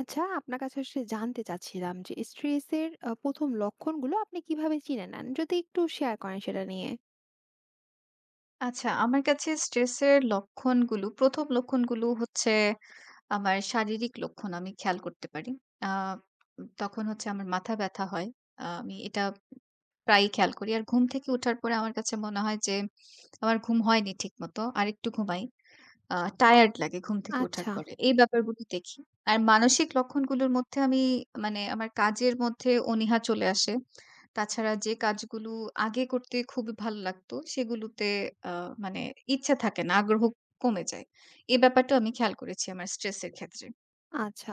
আচ্ছা, আপনার কাছে আসলে জানতে চাচ্ছিলাম যে স্ট্রেসের ১ম লক্ষণগুলো আপনি কিভাবে চিনে নেন? যদি একটু শেয়ার করেন সেটা নিয়ে। আচ্ছা, আমার কাছে স্ট্রেসের লক্ষণগুলো ১ম লক্ষণগুলো হচ্ছে আমার শারীরিক লক্ষণ আমি খেয়াল করতে পারি। আ তখন হচ্ছে আমার মাথা ব্যথা হয়। আমি এটা প্রায়ই খেয়াল করি। আর ঘুম থেকে উঠার পরে আমার কাছে মনে হয় যে আমার ঘুম হয়নি ঠিকমতো। আরেকটু ঘুমাই। আ টায়ার্ড লাগে ঘুম থেকে ওঠার আচ্ছা, পরে। এই ব্যাপারগুলো দেখি। আর মানসিক লক্ষণগুলোর মধ্যে আমি আমার কাজের মধ্যে অনীহা চলে আসে। তাছাড়া যে কাজগুলো আগে করতে খুবই ভালো লাগতো সেগুলোতে আ মানে ইচ্ছা থাকে না, আগ্রহ কমে যায়। এই ব্যাপারটাও আমি খেয়াল করেছি আমার স্ট্রেসের ক্ষেত্রে। আচ্ছা,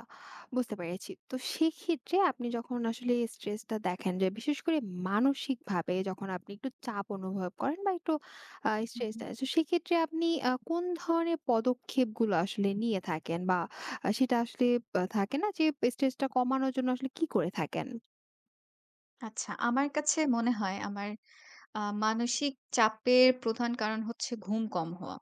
বুঝতে পেরেছি। তো সেক্ষেত্রে আপনি যখন আসলে স্ট্রেসটা দেখেন যে বিশেষ করে মানসিকভাবে যখন আপনি একটু চাপ অনুভব করেন বা একটু স্ট্রেসড হুম। আছে, সেক্ষেত্রে আপনি কোন ধরনের পদক্ষেপগুলো আসলে নিয়ে থাকেন? বা সেটা আসলে থাকে না যে স্ট্রেসটা কমানোর জন্য আসলে কি করে থাকেন? আচ্ছা, আমার কাছে মনে হয় আমার মানসিক চাপের প্রধান কারণ হচ্ছে ঘুম কম হওয়া।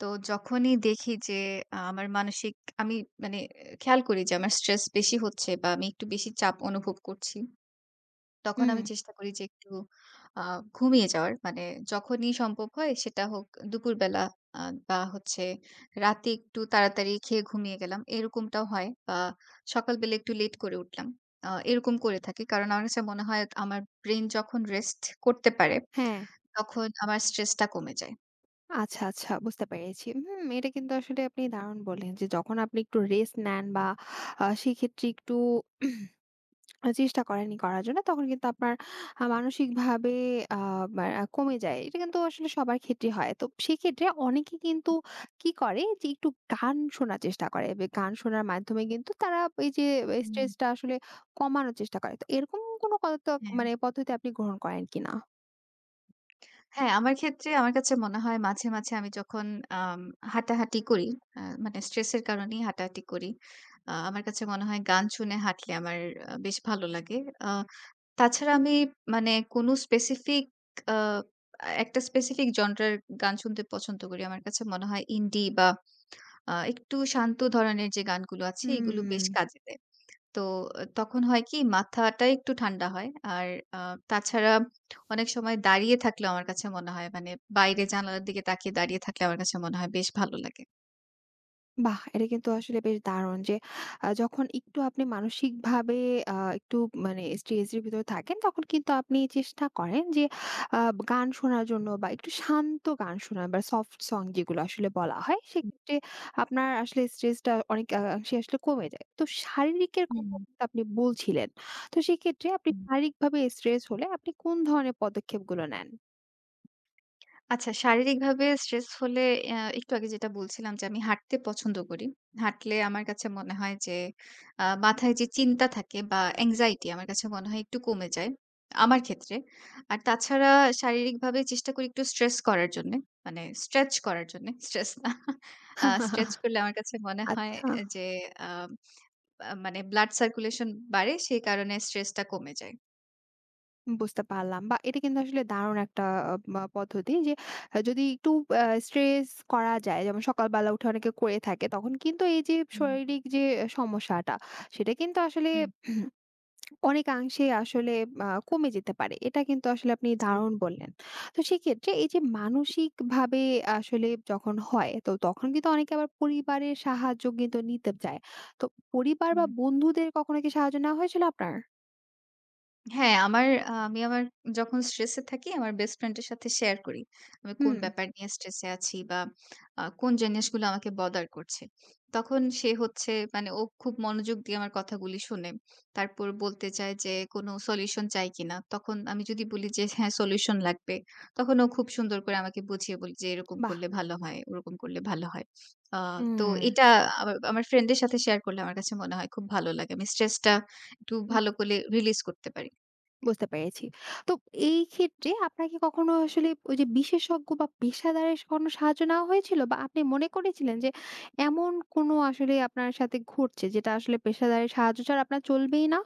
তো যখনই দেখি যে আ আমার মানসিক আমি মানে আহ, খেয়াল করি যে আমার স্ট্রেস বেশি হচ্ছে বা আমি একটু বেশি চাপ অনুভব করছি। তখন হুম, আমি চেষ্টা করি যে একটু আ ঘুমিয়ে যাওয়ার। মানে যখনই সম্ভব হয় সেটা হোক দুপুরবেলা আ বা হচ্ছে রাতে একটু তাড়াতাড়ি খেয়ে ঘুমিয়ে গেলাম। এরকমটাও হয় বা সকালবেলা একটু লেট করে উঠলাম। এরকম করে থাকি। কারণ আমার কাছে মনে হয় আমার ব্রেইন যখন রেস্ট করতে পারে, হ্যাঁ। তখন আমার স্ট্রেসটা কমে যায়। আচ্ছা, আচ্ছা, বুঝতে পেরেছি। হুম, এটা কিন্তু আসলে আপনি দারুণ বললেন যে যখন আপনি একটু রেস্ট নেন বা সেক্ষেত্রে একটু উম, চেষ্টা করেন ই করার জন্য তখন কিন্তু আপনার মানসিকভাবে আ মা কমে যায়। এটা কিন্তু আসলে সবার ক্ষেত্রেই হয়। তো সেক্ষেত্রে অনেকে কিন্তু কি করে যে একটু গান শোনার চেষ্টা করে। গান শোনার মাধ্যমে কিন্তু তারা এই যে হুম, স্ট্রেসটা আসলে কমানোর চেষ্টা করে। তো এরকম কোনো হ্যাঁ। মানে পদ্ধতি আপনি গ্রহণ করেন কিনা? হ্যাঁ, আমার ক্ষেত্রে আমার কাছে মনে হয় মাঝে, মাঝে আমি যখন আম হাঁটাহাঁটি করি, মানে স্ট্রেসের কারণেই হাঁটাহাঁটি করি। আমার কাছে মনে হয় গান শুনে হাঁটলে আমার বেশ ভালো লাগে। আ তাছাড়া আমি মানে কোনো স্পেসিফিক আ একটা স্পেসিফিক জনরার গান শুনতে পছন্দ করি। আমার কাছে মনে হয় ইন্ডি বা একটু শান্ত ধরনের যে গানগুলো আছে, এগুলো বেশ হুম। কাজে দেয়। তো তখন হয় কি মাথাটা একটু ঠান্ডা হয়। আর আ তাছাড়া অনেক সময় দাঁড়িয়ে থাকলেও আমার কাছে মনে হয় মানে বাইরে জানালার দিকে তাকিয়ে দাঁড়িয়ে থাকলে আমার কাছে মনে হয় বেশ ভালো লাগে। বাহ! এটা কিন্তু আসলে বেশ দারুণ যে যখন একটু আপনি মানসিকভাবে একটু মানে স্ট্রেসের ভিতরে থাকেন তখন কিন্তু আপনি চেষ্টা করেন যে আ গান শোনার জন্য বা একটু শান্ত গান শোনা বা সফট সং যেগুলো আসলে বলা হয় সেক্ষেত্রে আপনার আসলে স্ট্রেসটা অনেক অংশে আসলে কমে যায়। তো শারীরিকের হুম, কথা কিন্তু আপনি বলছিলেন। তো সেক্ষেত্রে আপনি হুম। শারীরিকভাবে স্ট্রেস হলে আপনি কোন ধরনের পদক্ষেপগুলো নেন? আচ্ছা, শারীরিকভাবে স্ট্রেস হলে একটু আগে যেটা বলছিলাম যে আমি হাঁটতে পছন্দ করি। হাঁটলে আমার কাছে মনে হয় যে মাথায় যে চিন্তা থাকে বা anxiety আমার কাছে মনে হয় একটু কমে যায়, আমার ক্ষেত্রে। আর তাছাড়া শারীরিকভাবে চেষ্টা করি একটু স্ট্রেস করার জন্যে, মানে স্ট্রেচ করার জন্যে, স্ট্রেস না। স্ট্রেচ করলে আমার কাছে মনে হয় আচ্ছা, এ যে আ আ মানে ব্লাড সার্কুলেশন বাড়ে, সেই কারণে স্ট্রেসটা কমে যায়। বুঝতে পারলাম। বা এটা কিন্তু আসলে দারুণ একটা আ মা পদ্ধতি যে যদি একটু স্ট্রেস করা যায় যেমন সকালবেলা উঠে অনেকে করে থাকে তখন কিন্তু এই যে হুম, শারীরিক যে সমস্যাটা সেটা কিন্তু আসলে হুম, অনেকাংশেই আসলে কমে যেতে পারে। এটা কিন্তু আসলে আপনি জি। দারুণ বললেন। তো সেক্ষেত্রে এই যে মানসিকভাবে আসলে যখন হয়, তো তখন কিন্তু অনেকে আবার পরিবারের সাহায্য কিন্তু নিতে চায়। তো পরিবার বা হুম। বন্ধুদের কখনো কি সাহায্য নেওয়া হয়েছিল আপনার? হ্যাঁ, আমার আ আমি আমার যখন স্ট্রেসে থাকি আমার বেস্ট ফ্রেন্ড এর সাথে শেয়ার করি। আমি কোন হুম। ব্যাপার নিয়ে স্ট্রেসে আছি বা কোন জিনিসগুলো আমাকে বদার করছে। তখন সে হচ্ছে মানে ও খুব মনোযোগ দিয়ে আমার কথাগুলি শোনে। তারপর বলতে চায় যে কোনো সলিউশন চাই কিনা? তখন আমি যদি বলি যে হ্যাঁ, সলিউশন লাগবে। তখন ও খুব সুন্দর করে আমাকে বুঝিয়ে বলে যে এরকম বাহ! করলে ভালো হয়, ওরকম করলে ভালো হয়। আ তো হুম। এটা আমার আমার ফ্রেন্ড এর সাথে শেয়ার করলে আমার কাছে মনে হয় খুব ভালো লাগে। আমি স্ট্রেসটা একটু ভালো করে রিলিজ করতে পারি। বুঝতে পেরেছি। তো এই ক্ষেত্রে আপনার কি কখনো আসলে ওই যে বিশেষজ্ঞ বা পেশাদারের কোনো সাহায্য নেওয়া হয়েছিল? বা আপনি মনে করেছিলেন যে এমন কোনো আসলে আপনার সাথে ঘটছে যেটা আসলে পেশাদারের সাহায্য ছাড়া আপনার চলবেই না?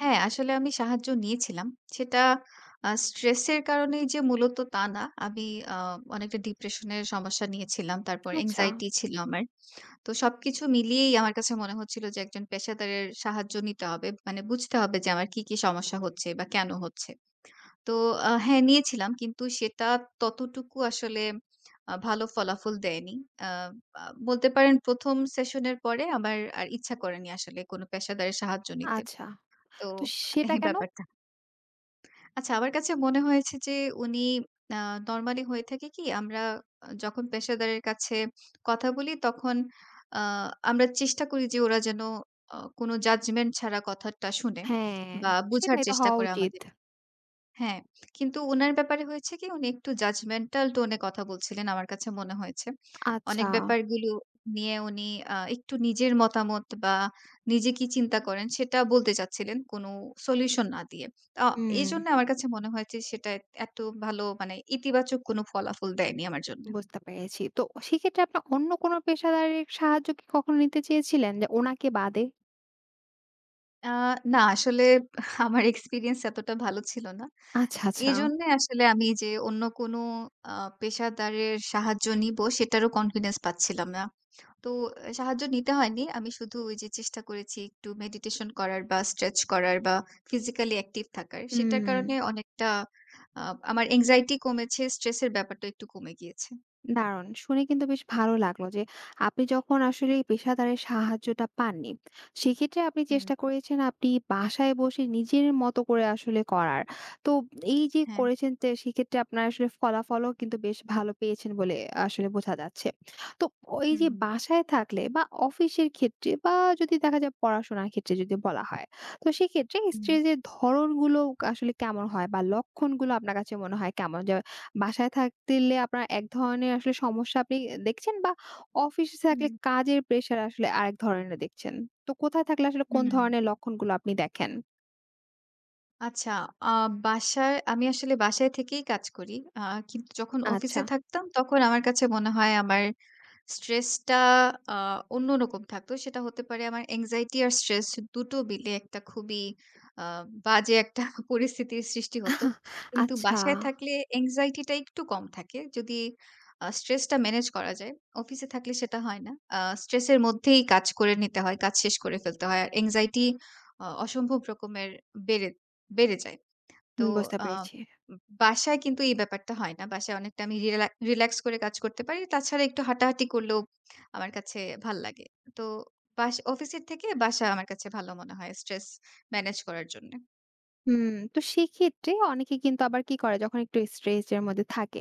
হ্যাঁ, আসলে আমি সাহায্য নিয়েছিলাম। সেটা স্ট্রেসের কারণেই যে মূলত তা না। আমি আ অনেকটা ডিপ্রেশনের সমস্যা নিয়েছিলাম। তারপর আচ্ছা, এনক্সাইটি ছিল আমার। তো সবকিছু মিলিয়েই আমার কাছে মনে হচ্ছিল যে একজন পেশাদারের সাহায্য নিতে হবে। মানে বুঝতে হবে যে আমার কি, কি সমস্যা হচ্ছে বা কেন হচ্ছে। তো হ্যাঁ, নিয়েছিলাম। কিন্তু সেটা ততটুকু আসলে ভালো ফলাফল দেয়নি। আ আ বলতে পারেন ১ম সেশনের পরে আমার আর ইচ্ছা করেনি আসলে কোনো পেশাদারের সাহায্য নিতে। আচ্ছা। তো তো সেটা এই কেন? ব্যাপার আচ্ছা, আমার কাছে মনে হয়েছে যে উনি আ নরমালি হয়ে থাকে কি আমরা যখন পেশাদারের কাছে কথা বলি তখন আ আমরা চেষ্টা করি যে ওরা যেন কোনো জাজমেন্ট ছাড়া কথাটা শুনে হ্যাঁ, বা বুঝার সেটাই তো চেষ্টা হওয়া করে উচিত। আমাদের। হ্যাঁ, কিন্তু উনার ব্যাপারে হয়েছে কি উনি একটু judgmental tone এ কথা বলছিলেন আমার কাছে মনে হয়েছে। অনেক আচ্ছা। ব্যাপারগুলো নিয়ে উনি একটু নিজের মতামত বা নিজে কি চিন্তা করেন সেটা বলতে চাচ্ছিলেন কোনো সলিউশন না দিয়ে। আ হুম, এজন্য আমার কাছে মনে হয়েছে সেটা এত ভালো মানে ইতিবাচক কোনো ফলাফল দেয়নি আমার জন্য। বুঝতে পেরেছি। তো সেক্ষেত্রে আপনার অন্য কোনো পেশাদারের সাহায্য কি কখনো নিতে চেয়েছিলেন যে ওনাকে বাদে? আ না আসলে আমার এক্সপেরিয়েন্স এতটা ভালো ছিল না। আচ্ছা, আচ্ছা। এজন্যে আসলে আমি যে অন্য কোনো আ পেশাদারের সাহায্য নিবো সেটারও কনফিডেন্স পাচ্ছিলাম না। তো সাহায্য নিতে হয়নি। আমি শুধু ওই যে চেষ্টা করেছি একটু মেডিটেশন করার বা স্ট্রেচ করার বা ফিজিক্যালি অ্যাক্টিভ থাকার। সেটার হুম। কারণে অনেকটা আ আমার anxiety কমেছে, স্ট্রেসের ব্যাপারটা একটু কমে গিয়েছে। দারুণ! শুনে কিন্তু বেশ ভালো লাগলো যে আপনি যখন আসলে এই পেশাদারের সাহায্যটা পাননি, সেক্ষেত্রে আপনি হুম, চেষ্টা করেছেন আপনি বাসায় বসে নিজের মতো করে আসলে করার। তো এই যে হ্যাঁ। করেছেন সেক্ষেত্রে আপনার আসলে ফলাফলও কিন্তু বেশ ভালো পেয়েছেন বলে আসলে বোঝা যাচ্ছে। তো এই হুম, যে হুম, বাসায় থাকলে বা অফিসের ক্ষেত্রে বা যদি দেখা যায় পড়াশোনার ক্ষেত্রে যদি বলা হয়, তো সেক্ষেত্রে হুম, স্ট্রেস এর ধরনগুলো আসলে কেমন হয় বা লক্ষণগুলো আপনার কাছে মনে হয় কেমন? যে বাসায় থাকলে আপনার এক ধরনের আসলে সমস্যা আপনি দেখছেন বা অফিসে থাকলে কাজের প্রেশার আসলে আরেক ধরনের দেখছেন। তো কোথায় থাকলে আসলে কোন হুম, হুম। ধরনের লক্ষণগুলো আপনি দেখেন? আচ্ছা, আ বাসায় আমি আসলে বাসায় থেকেই কাজ করি। কিন্তু যখন আচ্ছা, অফিসে থাকতাম তখন আমার কাছে মনে হয় আমার স্ট্রেসটা আ অন্যরকম থাকতো। সেটা হতে পারে আমার anxiety আর স্ট্রেস দুটো মিলে একটা খুবই আ বাজে একটা পরিস্থিতির সৃষ্টি হতো। কিন্তু আচ্ছা, বাসায় থাকলে anxiety টা একটু কম থাকে। যদি স্ট্রেসটা ম্যানেজ করা যায়। অফিসে থাকলে সেটা হয় না। স্ট্রেসের মধ্যেই কাজ করে নিতে হয়, কাজ শেষ করে ফেলতে হয়। আর anxiety অসম্ভব রকমের বেড়ে বেড়ে যায়। তো বুঝতে আ পেরেছি। বাসায় কিন্তু এই ব্যাপারটা হয় না। বাসায় অনেকটা আমি রিল্যাক্স করে কাজ করতে পারি। তাছাড়া একটু হাঁটাহাঁটি করলেও আমার কাছে ভাল লাগে। তো অফিসের থেকে বাসা আমার কাছে ভালো মনে হয় স্ট্রেস ম্যানেজ করার জন্যে। হুম, তো সেক্ষেত্রে অনেকে কিন্তু আবার কি করে যখন একটু স্ট্রেস এর মধ্যে থাকে।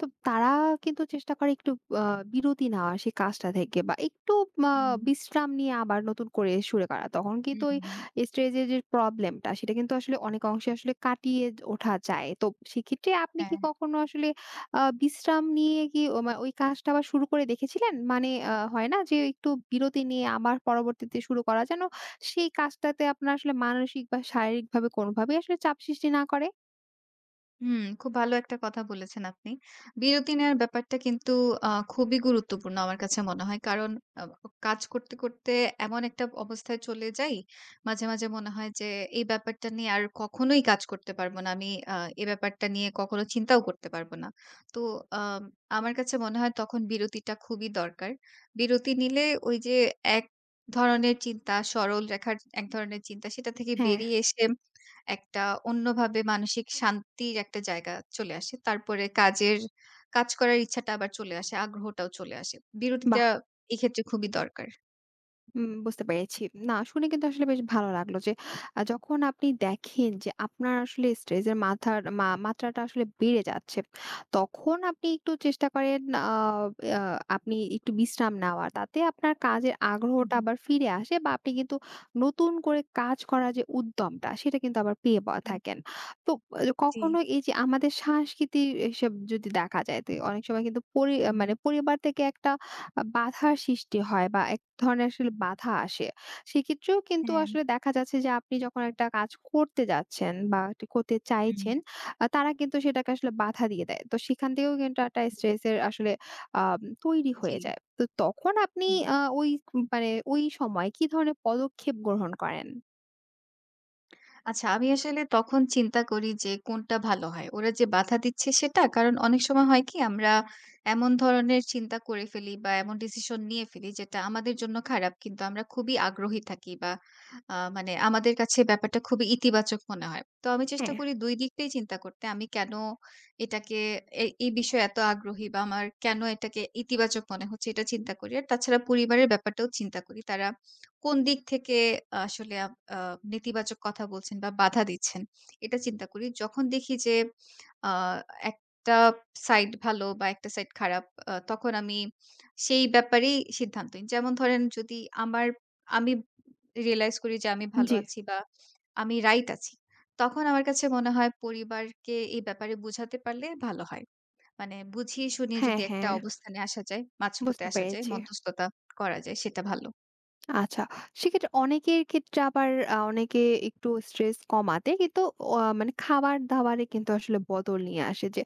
তো তারা কিন্তু চেষ্টা করে একটু আ বিরতি নেওয়া সেই কাজটা থেকে বা একটু আ হুম, বিশ্রাম নিয়ে আবার নতুন করে শুরু করা। তখন হুম, কিন্তু ওই হুম, হুম। স্ট্রেস এর যে প্রবলেমটা সেটা কিন্তু আসলে অনেক অংশে আসলে কাটিয়ে ওঠা যায়। তো সেক্ষেত্রে আপনি কি হ্যাঁ। কখনো আসলে বিশ্রাম নিয়ে কি ও মা ওই কাজটা আবার শুরু করে দেখেছিলেন? মানে হয় না যে একটু বিরতি নিয়ে আবার পরবর্তীতে শুরু করা যেন সেই কাজটাতে আপনার আসলে মানসিক বা শারীরিকভাবে কোনোভাবেই আসলে চাপ সৃষ্টি না করে? হুম, খুব ভালো একটা কথা বলেছেন আপনি। বিরতি নেয়ার ব্যাপারটা কিন্তু খুবই গুরুত্বপূর্ণ আমার কাছে মনে হয়। কারণ আ কাজ করতে, করতে এমন একটা অবস্থায় চলে যাই, মাঝে, মাঝে মনে হয় যে এই ব্যাপারটা নিয়ে আর কখনোই কাজ করতে পারব না। আমি আ এ ব্যাপারটা নিয়ে কখনো চিন্তাও করতে পারব না। তো আম আমার কাছে মনে হয় তখন বিরতিটা খুবই দরকার। বিরতি নিলে ওই যে এক ধরনের চিন্তা, সরল রেখার এক ধরনের চিন্তা সেটা থেকে হ্যাঁ। বেরিয়ে এসে একটা অন্যভাবে মানসিক শান্তির একটা জায়গা চলে আসে। তারপরে কাজ করার ইচ্ছাটা আবার চলে আসে, আগ্রহটাও চলে আসে। বাহ! বিরতিটা এক্ষেত্রে খুবই দরকার। হুম, বুঝতে পেরেছি। না শুনে কিন্তু আসলে বেশ ভালো লাগলো যে যখন আপনি দেখেন যে আপনার আসলে স্ট্রেস এর মাথার মা মাত্রাটা আসলে বেড়ে যাচ্ছে। তখন আপনি একটু চেষ্টা করেন আ আ আপনি একটু বিশ্রাম নেওয়ার। তাতে আপনার কাজের হুম, আগ্রহটা হুম, আবার ফিরে আসে বা আপনি কিন্তু নতুন করে কাজ করার যে উদ্যমটা সেটা কিন্তু আবার পেয়ে বা হুম। থাকেন। তো জি। কখনো এই যে আমাদের সংস্কৃতি এসব যদি দেখা যায় তো অনেক সময় কিন্তু হুম, মানে পরিবার থেকে একটা বাধার সৃষ্টি হয় বা এক ধরনের আসলে বাধা আসে। সেক্ষেত্রেও কিন্তু হ্যাঁ। আসলে দেখা যাচ্ছে যে আপনি যখন একটা কাজ করতে যাচ্ছেন বা একটু করতে হুম, চাইছেন, তারা কিন্তু সেটাকে আসলে বাধা দিয়ে দেয়। তো সেখান থেকেও কিন্তু একটা স্ট্রেস এর আসলে আম তৈরি জি। হয়ে যায়। তো তখন আপনি ওই মানে ওই সময় কি ধরনের পদক্ষেপ গ্রহণ করেন? আচ্ছা, আমি আসলে তখন চিন্তা করি যে কোনটা ভালো হয়। ওরা যে বাধা দিচ্ছে সেটা? কারণ অনেক সময় হয় কি আমরা এমন ধরনের চিন্তা করে ফেলি বা এমন ডিসিশন নিয়ে ফেলি যেটা আমাদের জন্য খারাপ। কিন্তু আমরা খুবই আগ্রহী থাকি বা মানে আমাদের কাছে ব্যাপারটা খুবই ইতিবাচক মনে হয়। তো আমি চেষ্টা হ্যাঁ, করি ২ দিকটাই চিন্তা করতে। আমি কেন এটাকে এ এই বিষয়ে এত আগ্রহী বা আমার কেন এটাকে ইতিবাচক মনে হচ্ছে এটা চিন্তা করি। আর তাছাড়া পরিবারের ব্যাপারটাও চিন্তা করি। তারা কোন দিক থেকে আসলে আপ আ নেতিবাচক কথা বলছেন বা বাধা দিচ্ছেন, এটা চিন্তা করি। যখন দেখি যে আ একটা সাইড ভালো বা একটা সাইড খারাপ, তখন আমি সেই ব্যাপারেই সিদ্ধান্ত নিই। যেমন ধরেন যদি আমার আমি রিয়ালাইজ করি যে আমি ভালো জি। আছি বা আমি রাইট আছি। তখন আমার কাছে মনে হয় পরিবারকে এই ব্যাপারে বুঝাতে পারলে ভালো হয়। মানে বুঝিয়ে শুনিয়ে হ্যাঁ, যদি একটা হ্যাঁ, অবস্থানে আসা যায়, মাঝপথে বুঝতে আসা যায়, পেরেছি। মধ্যস্থতা করা যায় সেটা ভালো। আচ্ছা। সেক্ষেত্রে অনেকের ক্ষেত্রে আবার অনেকে একটু স্ট্রেস কমাতে কিন্তু মানে খাবার-দাবারে কিন্তু আসলে বদল নিয়ে আসে যে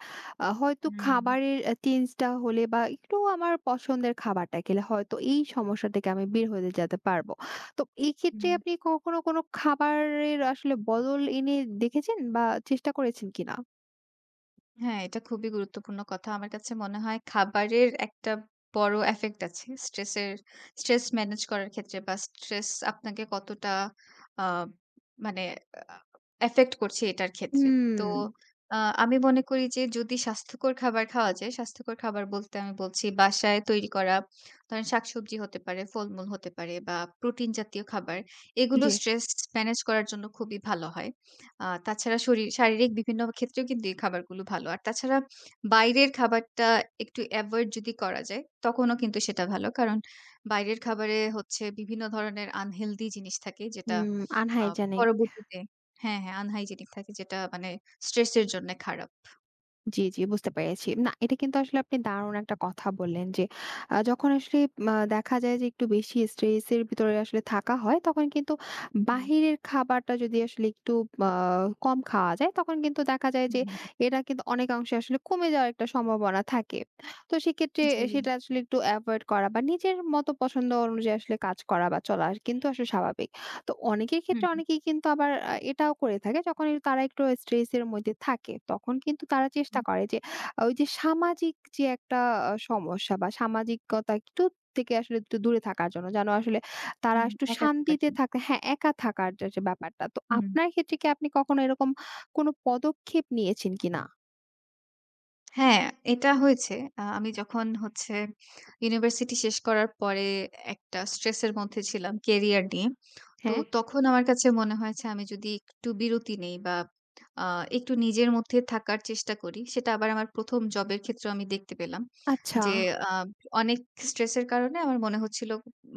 হয়তো হুম। খাবারের চেঞ্জটা হলে বা একটু আমার পছন্দের খাবারটা খেলে হয়তো এই সমস্যা থেকে আমি বের হয়ে যেতে পারবো। তো এই ক্ষেত্রে হুম। আপনি কখনো কোনো খাবারের আসলে বদল এনে দেখেছেন বা চেষ্টা করেছেন কিনা? হ্যাঁ, এটা খুবই গুরুত্বপূর্ণ কথা। আমার কাছে মনে হয় খাবারের একটা বড় এফেক্ট আছে। স্ট্রেস ম্যানেজ করার ক্ষেত্রে বা স্ট্রেস আপনাকে কতটা আ মানে আ এফেক্ট করছে এটার ক্ষেত্রে। তো হুম, আ আমি মনে করি যে যদি স্বাস্থ্যকর খাবার খাওয়া যায়, স্বাস্থ্যকর খাবার বলতে আমি বলছি বাসায় তৈরি করা ধরেন শাকসবজি হতে পারে, ফলমূল হতে পারে বা প্রোটিন জাতীয় খাবার। এগুলো জি। স্ট্রেস ম্যানেজ করার জন্য খুবই ভালো হয়। তাছাড়া শারীরিক বিভিন্ন ক্ষেত্রেও কিন্তু এই খাবারগুলো ভালো। আর তাছাড়া বাইরের খাবারটা একটু এভয়েড যদি করা যায়, তখনও কিন্তু সেটা ভালো। কারণ বাইরের খাবারে হচ্ছে বিভিন্ন ধরনের আনহেলথি জিনিস থাকে যেটা হুম, আ আনহাইজেনিক। পরবর্তীতে হ্যাঁ, হ্যাঁ, আনহাইজেনিক থাকে যেটা মানে স্ট্রেসের জন্যে খারাপ। জি, জি, বুঝতে পেরেছি। না, এটা কিন্তু আসলে আপনি দারুণ একটা কথা বললেন যে যখন আসলে দেখা যায় যে একটু বেশি স্ট্রেস এর ভিতরে আসলে থাকা হয়, তখন কিন্তু হুম, বাহিরের খাবারটা যদি আসলে একটু আ কম খাওয়া যায়, তখন কিন্তু দেখা যায় হুম, যে হুম। এটা কিন্তু অনেকাংশে আসলে কমে যাওয়ার একটা সম্ভাবনা থাকে। তো সেক্ষেত্রে হুম, জি। সেটা আসলে একটু এভয়েড করা বা নিজের মতো পছন্দ অনুযায়ী আসলে কাজ করা বা চলা কিন্তু আসলে স্বাভাবিক। তো অনেকের হুম, ক্ষেত্রে হুম, অনেকেই কিন্তু আবার এটাও করে থাকে যখন তারা একটু স্ট্রেস এর মধ্যে থাকে তখন কিন্তু তারা চেষ্টা হুম, করে যে আহ, ওই যে সামাজিক যে একটা সমস্যা বা সামাজিকতা একটু থেকে আসলে একটু দূরে থাকার জন্য যেন আসলে তারা হুম, একটু একা থাকার শান্তিতে জন্য। থাকে, হ্যাঁ, একা থাকার যে ব্যাপারটা। তো হুম। আপনার ক্ষেত্রে কি আপনি কখনো এরকম কোনো পদক্ষেপ নিয়েছেন কিনা? হ্যাঁ, এটা হয়েছে। আমি যখন হচ্ছে ইউনিভার্সিটি শেষ করার পরে একটা স্ট্রেসের মধ্যে ছিলাম কেরিয়ার নিয়ে। তো হ্যাঁ, তখন আমার কাছে মনে হয়েছে আমি যদি একটু বিরতি নেই বা আ একটু নিজের মধ্যে থাকার চেষ্টা করি, সেটা আবার আমার ১ম জবের ক্ষেত্রেও আমি দেখতে পেলাম। আচ্ছা। যে আ অনেক স্ট্রেসের কারণে আমার মনে হচ্ছিল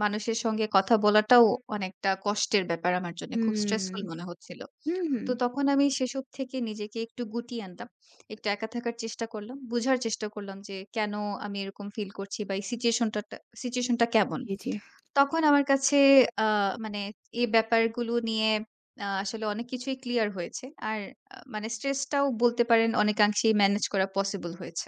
মানুষের সঙ্গে কথা বলাটাও অনেকটা কষ্টের ব্যাপার আমার জন্য। খুব হুম, স্ট্রেসফুল মনে হচ্ছিল। হুম, হুম। তো তখন আমি সেসব থেকে নিজেকে একটু গুটিয়ে আনলাম। একটু একা থাকার চেষ্টা করলাম। বুঝার চেষ্টা করলাম যে কেন আমি এরকম ফিল করছি বা এই সিচুয়েশনটা কেমন? জি, জি। তখন আমার কাছে আ মানে এই ব্যাপারগুলো নিয়ে আসলে অনেক কিছুই ক্লিয়ার হয়েছে। আর মানে স্ট্রেসটাও বলতে পারেন অনেকাংশেই ম্যানেজ করা পসিবল হয়েছে।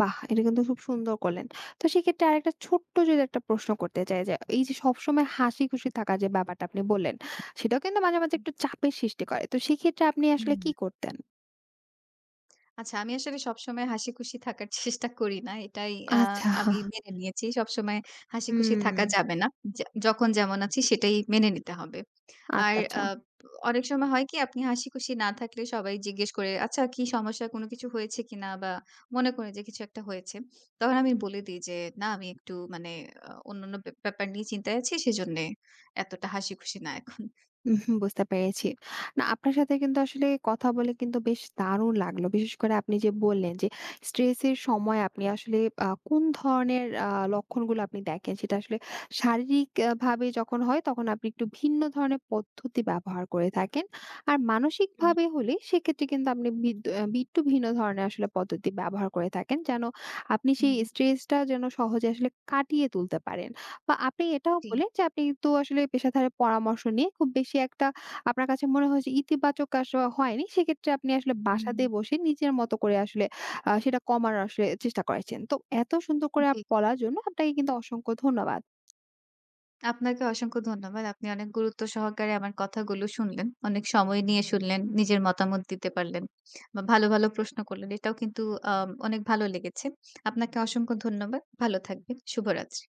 বাহ! এটা কিন্তু খুব সুন্দর করলেন। তো সেক্ষেত্রে আরেকটা ছোট্ট যদি একটা প্রশ্ন করতে চাই যে, এই যে সবসময় হাসি-খুশি থাকার যে ব্যাপারটা আপনি বললেন, সেটাও কিন্তু মাঝে, মাঝে একটু চাপের সৃষ্টি করে। তো সেক্ষেত্রে আপনি আসলে কি হুম। করতেন? আচ্ছা, আমি আসলে সবসময় হাসিখুশি থাকার চেষ্টা করি না। এটাই আচ্ছা, আমি মেনে নিয়েছি। সবসময় হাসিখুশি হুম। থাকা যাবে না। যা যখন যেমন আছি সেটাই মেনে নিতে হবে। আর আচ্ছা, আচ্ছা। অনেক সময় হয় কি আপনি হাসিখুশি না থাকলে সবাই জিজ্ঞেস করে, "আচ্ছা কি সমস্যা? কোন কিছু হয়েছে কিনা?" বা মনে করে যে কিছু একটা হয়েছে। তখন আমি বলে দেই যে, "না আমি একটু মানে অন্যান্য ব্যাপার নিয়ে চিন্তায় আছি। সেজন্যে এতটা হাসিখুশি না এখন।" উহু, বুঝতে পেরেছি। না আপনার সাথে কিন্তু আসলে কথা বলে কিন্তু বেশ দারুণ লাগলো। বিশেষ করে আপনি যে বললেন যে স্ট্রেসের সময় আপনি আসলে কোন ধরনের লক্ষণগুলো আপনি দেখেন সেটা আসলে শারীরিক ভাবে যখন হয় তখন আপনি একটু ভিন্ন ধরনের পদ্ধতি ব্যবহার করে থাকেন। আর হুম, মানসিকভাবে হলে সেক্ষেত্রে কিন্তু আপনি বিদ আ একটু ভিন্ন ধরনের আসলে পদ্ধতি ব্যবহার করে থাকেন। যেন আপনি হুম, সেই হুম। স্ট্রেসটা যেন সহজে আসলে কাটিয়ে তুলতে পারেন। বা আপনি এটাও জি, বললেন যে আপনি তো আসলে পেশাদারের পরামর্শ নিয়ে খুব বেশি একটা আপনার কাছে মনে হয়েছে ইতিবাচক আসলে হয়নি। সেক্ষেত্রে আপনি আসলে হুম। বাসাতে বসে নিজের মতো করে আসলে সেটা কমানোর আসলে চেষ্টা করেছেন। তো এত সুন্দর করে জি। বলার জন্য আপনাকে কিন্তু অসংখ্য ধন্যবাদ। আপনাকে অসংখ্য ধন্যবাদ। আপনি অনেক গুরুত্ব সহকারে আমার কথাগুলো শুনলেন। অনেক সময় নিয়ে শুনলেন, নিজের মতামত দিতে পারলেন। বা ভালো, ভালো প্রশ্ন করলেন। এটাও কিন্তু আ অনেক ভালো লেগেছে। আপনাকে অসংখ্য ধন্যবাদ। ভালো থাকবেন। শুভরাত্রি।